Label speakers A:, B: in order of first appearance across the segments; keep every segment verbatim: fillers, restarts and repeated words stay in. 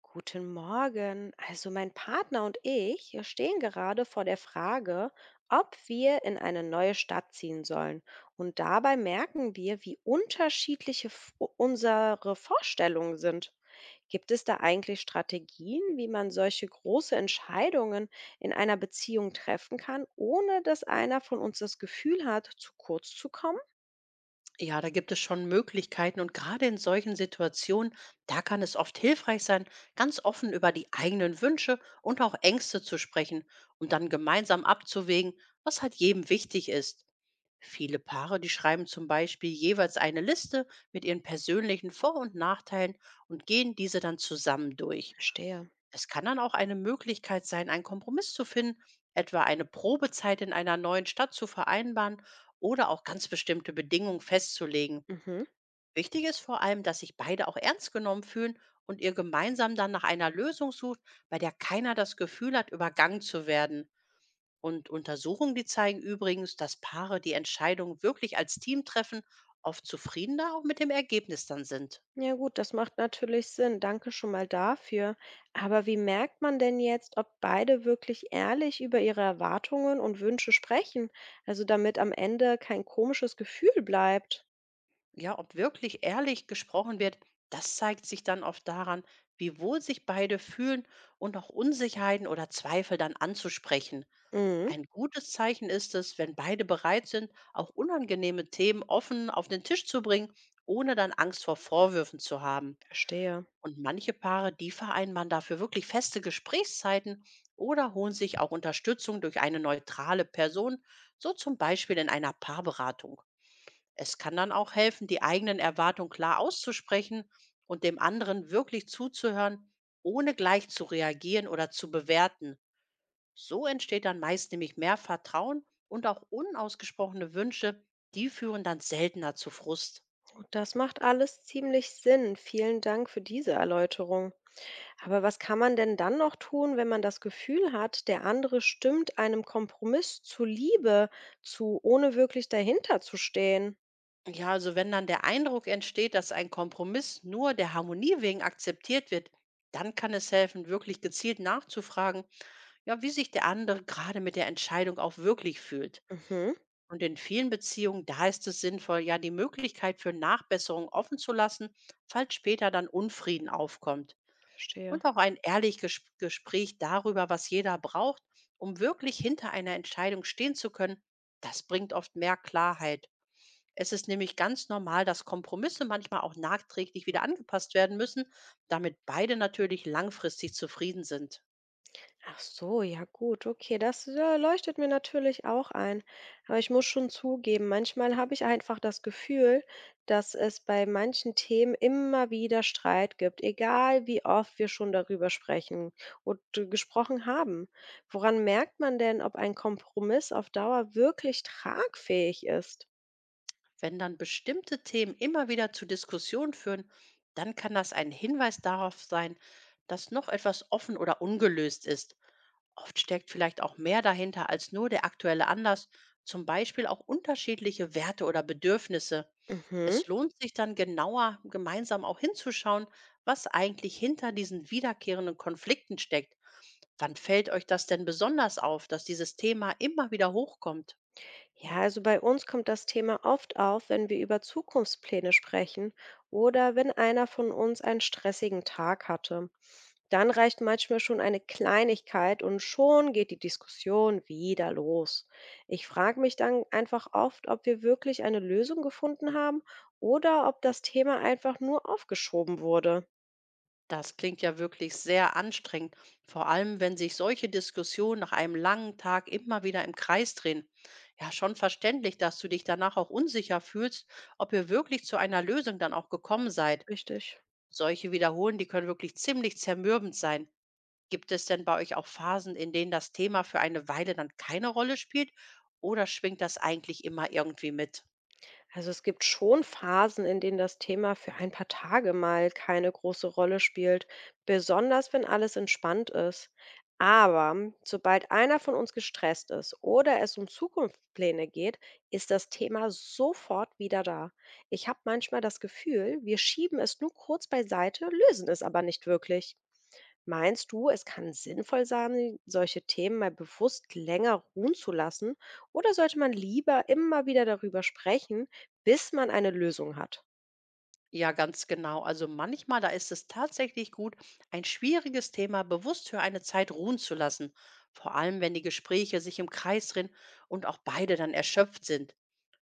A: Guten Morgen. Also mein Partner und ich, wir stehen gerade vor der Frage, ob wir in eine neue Stadt ziehen sollen. Und dabei merken wir, wie unterschiedliche F- unsere Vorstellungen sind. Gibt es da eigentlich Strategien, wie man solche große Entscheidungen in einer Beziehung treffen kann, ohne dass einer von uns das Gefühl hat, zu kurz zu kommen?
B: Ja, da gibt es schon Möglichkeiten, und gerade in solchen Situationen da kann es oft hilfreich sein, ganz offen über die eigenen Wünsche und auch Ängste zu sprechen und dann gemeinsam abzuwägen, was halt jedem wichtig ist. Viele Paare, die schreiben zum Beispiel jeweils eine Liste mit ihren persönlichen Vor- und Nachteilen und gehen diese dann zusammen durch.
A: Verstehe.
B: Es kann dann auch eine Möglichkeit sein, einen Kompromiss zu finden, etwa eine Probezeit in einer neuen Stadt zu vereinbaren oder auch ganz bestimmte Bedingungen festzulegen.
A: Mhm.
B: Wichtig ist vor allem, dass sich beide auch ernst genommen fühlen und ihr gemeinsam dann nach einer Lösung sucht, bei der keiner das Gefühl hat, übergangen zu werden. Und Untersuchungen, die zeigen übrigens, dass Paare, die Entscheidung wirklich als Team treffen, oft zufriedener auch mit dem Ergebnis dann sind.
A: Ja gut, das macht natürlich Sinn. Danke schon mal dafür. Aber wie merkt man denn jetzt, ob beide wirklich ehrlich über ihre Erwartungen und Wünsche sprechen? Also damit am Ende kein komisches Gefühl bleibt.
B: Ja, ob wirklich ehrlich gesprochen wird, das zeigt sich dann oft daran, wie wohl sich beide fühlen und auch Unsicherheiten oder Zweifel dann anzusprechen.
A: Mhm,
B: Ein gutes Zeichen ist es, wenn beide bereit sind, auch unangenehme Themen offen auf den Tisch zu bringen, ohne dann Angst vor Vorwürfen zu haben.
A: verstehe.
B: Und manche Paare, die vereinbaren dafür wirklich feste Gesprächszeiten oder holen sich auch Unterstützung durch eine neutrale Person, so zum Beispiel in einer Paarberatung. Es kann dann auch helfen, die eigenen Erwartungen klar auszusprechen und dem anderen wirklich zuzuhören, ohne gleich zu reagieren oder zu bewerten. So entsteht dann meist nämlich mehr Vertrauen, und auch unausgesprochene Wünsche, die führen dann seltener zu Frust.
A: Und das macht alles ziemlich Sinn. Vielen Dank für diese Erläuterung. Aber was kann man denn dann noch tun, wenn man das Gefühl hat, der andere stimmt einem Kompromiss zuliebe zu, ohne wirklich dahinter zu stehen?
B: Ja, also wenn dann der Eindruck entsteht, dass ein Kompromiss nur der Harmonie wegen akzeptiert wird, dann kann es helfen, wirklich gezielt nachzufragen, ja, wie sich der andere gerade mit der Entscheidung auch wirklich fühlt.
A: Mhm,
B: Und in vielen Beziehungen, da ist es sinnvoll, ja, die Möglichkeit für Nachbesserungen offen zu lassen, falls später dann Unfrieden aufkommt.
A: verstehe.
B: Und auch ein ehrliches Ges- Gespräch darüber, was jeder braucht, um wirklich hinter einer Entscheidung stehen zu können, das bringt oft mehr Klarheit. Es ist nämlich ganz normal, dass Kompromisse manchmal auch nachträglich wieder angepasst werden müssen, damit beide natürlich langfristig zufrieden sind.
A: Ach so, ja gut, okay, das, äh, leuchtet mir natürlich auch ein. Aber ich muss schon zugeben, manchmal habe ich einfach das Gefühl, dass es bei manchen Themen immer wieder Streit gibt, egal wie oft wir schon darüber sprechen und äh, gesprochen haben. Woran merkt man denn, ob ein Kompromiss auf Dauer wirklich tragfähig ist?
B: Wenn dann bestimmte Themen immer wieder zu Diskussionen führen, dann kann das ein Hinweis darauf sein, dass noch etwas offen oder ungelöst ist. Oft steckt vielleicht auch mehr dahinter als nur der aktuelle Anlass, zum Beispiel auch unterschiedliche Werte oder Bedürfnisse.
A: Mhm.
B: Es lohnt sich dann, genauer gemeinsam auch hinzuschauen, was eigentlich hinter diesen wiederkehrenden Konflikten steckt. Wann fällt euch das denn besonders auf, dass dieses Thema immer wieder hochkommt?
A: Ja, also bei uns kommt das Thema oft auf, wenn wir über Zukunftspläne sprechen oder wenn einer von uns einen stressigen Tag hatte. Dann reicht manchmal schon eine Kleinigkeit und schon geht die Diskussion wieder los. Ich frage mich dann einfach oft, ob wir wirklich eine Lösung gefunden haben oder ob das Thema einfach nur aufgeschoben wurde.
B: Das klingt ja wirklich sehr anstrengend, vor allem wenn sich solche Diskussionen nach einem langen Tag immer wieder im Kreis drehen. Ja, schon verständlich, dass du dich danach auch unsicher fühlst, ob ihr wirklich zu einer Lösung dann auch gekommen seid.
A: Richtig.
B: Solche Wiederholen, die können wirklich ziemlich zermürbend sein. Gibt es denn bei euch auch Phasen, in denen das Thema für eine Weile dann keine Rolle spielt, oder schwingt das eigentlich immer irgendwie mit?
A: Also es gibt schon Phasen, in denen das Thema für ein paar Tage mal keine große Rolle spielt, besonders wenn alles entspannt ist. Aber sobald einer von uns gestresst ist oder es um Zukunftspläne geht, ist das Thema sofort wieder da. Ich habe manchmal das Gefühl, wir schieben es nur kurz beiseite, lösen es aber nicht wirklich. Meinst du, es kann sinnvoll sein, solche Themen mal bewusst länger ruhen zu lassen? Oder sollte man lieber immer wieder darüber sprechen, bis man eine Lösung hat?
B: Ja, ganz genau. Also manchmal, da ist es tatsächlich gut, ein schwieriges Thema bewusst für eine Zeit ruhen zu lassen. Vor allem, wenn die Gespräche sich im Kreis drehen und auch beide dann erschöpft sind.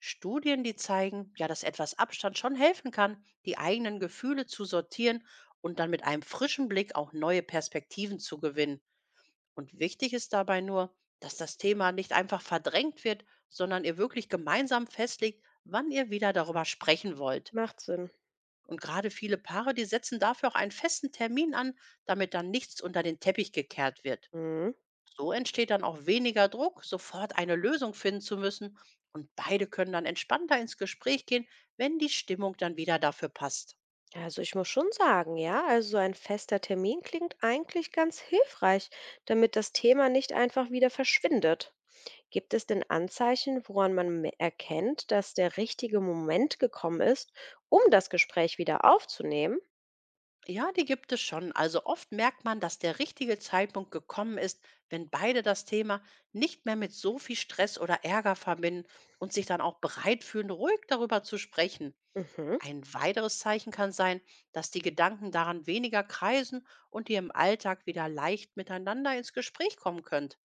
B: Studien, die zeigen, ja, dass etwas Abstand schon helfen kann, die eigenen Gefühle zu sortieren und dann mit einem frischen Blick auch neue Perspektiven zu gewinnen. Und wichtig ist dabei nur, dass das Thema nicht einfach verdrängt wird, sondern ihr wirklich gemeinsam festlegt, wann ihr wieder darüber sprechen wollt.
A: Macht Sinn.
B: Und gerade viele Paare, die setzen dafür auch einen festen Termin an, damit dann nichts unter den Teppich gekehrt wird.
A: Mhm.
B: So entsteht dann auch weniger Druck, sofort eine Lösung finden zu müssen. Und beide können dann entspannter ins Gespräch gehen, wenn die Stimmung dann wieder dafür passt.
A: Also ich muss schon sagen, ja, also so ein fester Termin klingt eigentlich ganz hilfreich, damit das Thema nicht einfach wieder verschwindet. Gibt es denn Anzeichen, woran man me- erkennt, dass der richtige Moment gekommen ist, um das Gespräch wieder aufzunehmen?
B: Ja, die gibt es schon. Also oft merkt man, dass der richtige Zeitpunkt gekommen ist, wenn beide das Thema nicht mehr mit so viel Stress oder Ärger verbinden und sich dann auch bereit fühlen, ruhig darüber zu sprechen.
A: Mhm,
B: Ein weiteres Zeichen kann sein, dass die Gedanken daran weniger kreisen und ihr im Alltag wieder leicht miteinander ins Gespräch kommen könnt.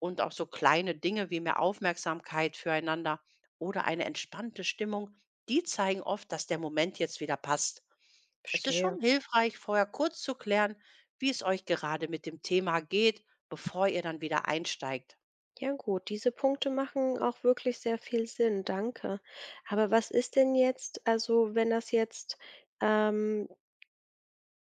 B: Und auch so kleine Dinge wie mehr Aufmerksamkeit füreinander oder eine entspannte Stimmung, die zeigen oft, dass der Moment jetzt wieder passt. Es ist
A: verstehe.
B: schon hilfreich, vorher kurz zu klären, wie es euch gerade mit dem Thema geht, bevor ihr dann wieder einsteigt.
A: Ja gut, diese Punkte machen auch wirklich sehr viel Sinn, danke. Aber was ist denn jetzt, also wenn das jetzt, ähm,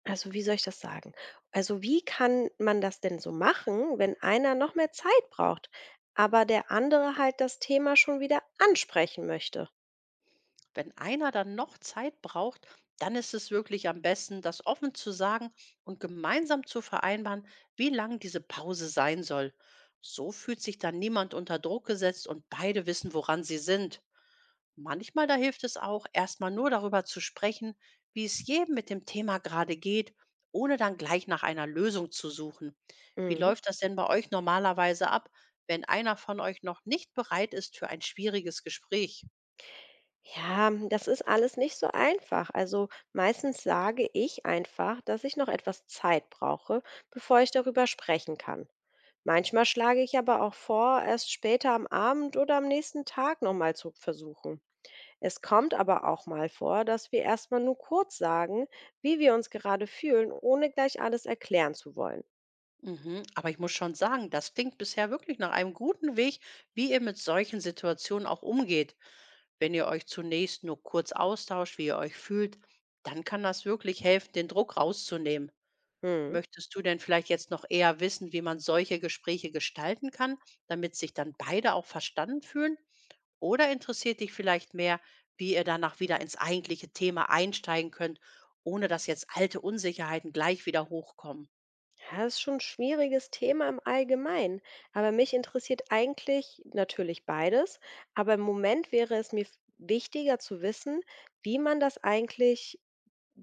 A: also wie soll ich das sagen? Also wie kann man das denn so machen, wenn einer noch mehr Zeit braucht, aber der andere halt das Thema schon wieder ansprechen möchte?
B: Wenn einer dann noch Zeit braucht, dann ist es wirklich am besten, das offen zu sagen und gemeinsam zu vereinbaren, wie lang diese Pause sein soll. So fühlt sich dann niemand unter Druck gesetzt, und beide wissen, woran sie sind. Manchmal da hilft es auch, erstmal nur darüber zu sprechen, wie es jedem mit dem Thema gerade geht, ohne dann gleich nach einer Lösung zu suchen. Wie
A: Mhm.
B: läuft das denn bei euch normalerweise ab, wenn einer von euch noch nicht bereit ist für ein schwieriges Gespräch?
A: Ja, das ist alles nicht so einfach. Also meistens sage ich einfach, dass ich noch etwas Zeit brauche, bevor ich darüber sprechen kann. Manchmal schlage ich aber auch vor, erst später am Abend oder am nächsten Tag nochmal zu versuchen. Es kommt aber auch mal vor, dass wir erstmal nur kurz sagen, wie wir uns gerade fühlen, ohne gleich alles erklären zu wollen.
B: Mhm. Aber ich muss schon sagen, das klingt bisher wirklich nach einem guten Weg, wie ihr mit solchen Situationen auch umgeht. Wenn ihr euch zunächst nur kurz austauscht, wie ihr euch fühlt, dann kann das wirklich helfen, den Druck rauszunehmen.
A: Hm.
B: Möchtest du denn vielleicht jetzt noch eher wissen, wie man solche Gespräche gestalten kann, damit sich dann beide auch verstanden fühlen? Oder interessiert dich vielleicht mehr, wie ihr danach wieder ins eigentliche Thema einsteigen könnt, ohne dass jetzt alte Unsicherheiten gleich wieder hochkommen?
A: Ja, das ist schon 'n schwieriges Thema im Allgemeinen, aber mich interessiert eigentlich natürlich beides, aber im Moment wäre es mir f wichtiger zu wissen, wie man das eigentlich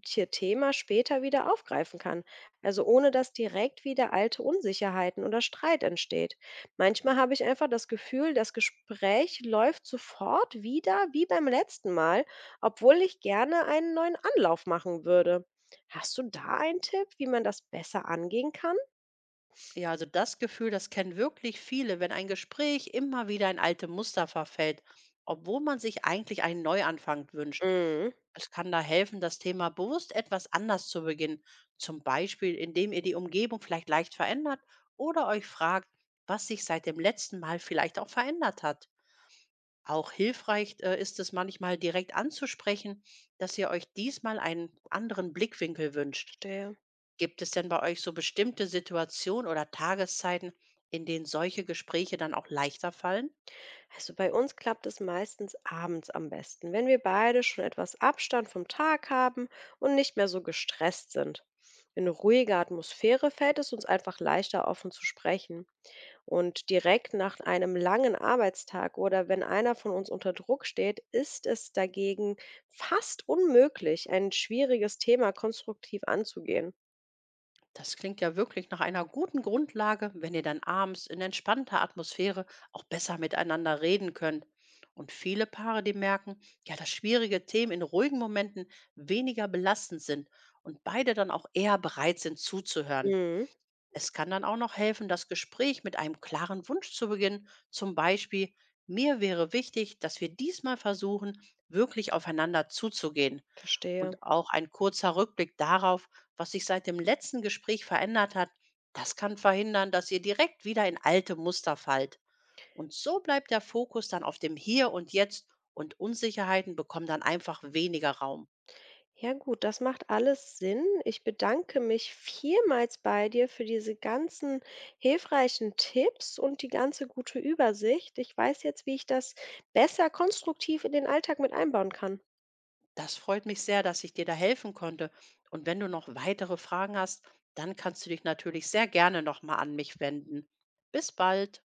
A: t Thema später wieder aufgreifen kann, also ohne dass direkt wieder alte Unsicherheiten oder Streit entsteht. Manchmal habe ich einfach das Gefühl, das Gespräch läuft sofort wieder wie beim letzten Mal, obwohl ich gerne einen neuen Anlauf machen würde. Hast du da einen Tipp, wie man das besser angehen kann?
B: Ja, also das Gefühl, das kennen wirklich viele, wenn ein Gespräch immer wieder in alte Muster verfällt, obwohl man sich eigentlich einen Neuanfang wünscht.
A: Mhm,
B: Es kann da helfen, das Thema bewusst etwas anders zu beginnen. Zum Beispiel, indem ihr die Umgebung vielleicht leicht verändert oder euch fragt, was sich seit dem letzten Mal vielleicht auch verändert hat. Auch hilfreich äh, ist es manchmal direkt anzusprechen, dass ihr euch diesmal einen anderen Blickwinkel wünscht.
A: verstehe.
B: Gibt es denn bei euch so bestimmte Situationen oder Tageszeiten, in denen solche Gespräche dann auch leichter fallen?
A: Also bei uns klappt es meistens abends am besten, wenn wir beide schon etwas Abstand vom Tag haben und nicht mehr so gestresst sind. In ruhiger Atmosphäre fällt es uns einfach leichter, offen zu sprechen. Und direkt nach einem langen Arbeitstag oder wenn einer von uns unter Druck steht, ist es dagegen fast unmöglich, ein schwieriges Thema konstruktiv anzugehen.
B: Das klingt ja wirklich nach einer guten Grundlage, wenn ihr dann abends in entspannter Atmosphäre auch besser miteinander reden könnt. Und viele Paare, die merken, ja, dass schwierige Themen in ruhigen Momenten weniger belastend sind und beide dann auch eher bereit sind zuzuhören.
A: Mhm,
B: Es kann dann auch noch helfen, das Gespräch mit einem klaren Wunsch zu beginnen. Zum Beispiel, mir wäre wichtig, dass wir diesmal versuchen, wirklich aufeinander zuzugehen.
A: verstehe.
B: Und auch ein kurzer Rückblick darauf, was sich seit dem letzten Gespräch verändert hat, das kann verhindern, dass ihr direkt wieder in alte Muster fallt. Und so bleibt der Fokus dann auf dem Hier und Jetzt, und Unsicherheiten bekommen dann einfach weniger Raum.
A: Ja gut, das macht alles Sinn. Ich bedanke mich vielmals bei dir für diese ganzen hilfreichen Tipps und die ganze gute Übersicht. Ich weiß jetzt, wie ich das besser konstruktiv in den Alltag mit einbauen kann.
B: Das freut mich sehr, dass ich dir da helfen konnte. Und wenn du noch weitere Fragen hast, dann kannst du dich natürlich sehr gerne nochmal an mich wenden. Bis bald.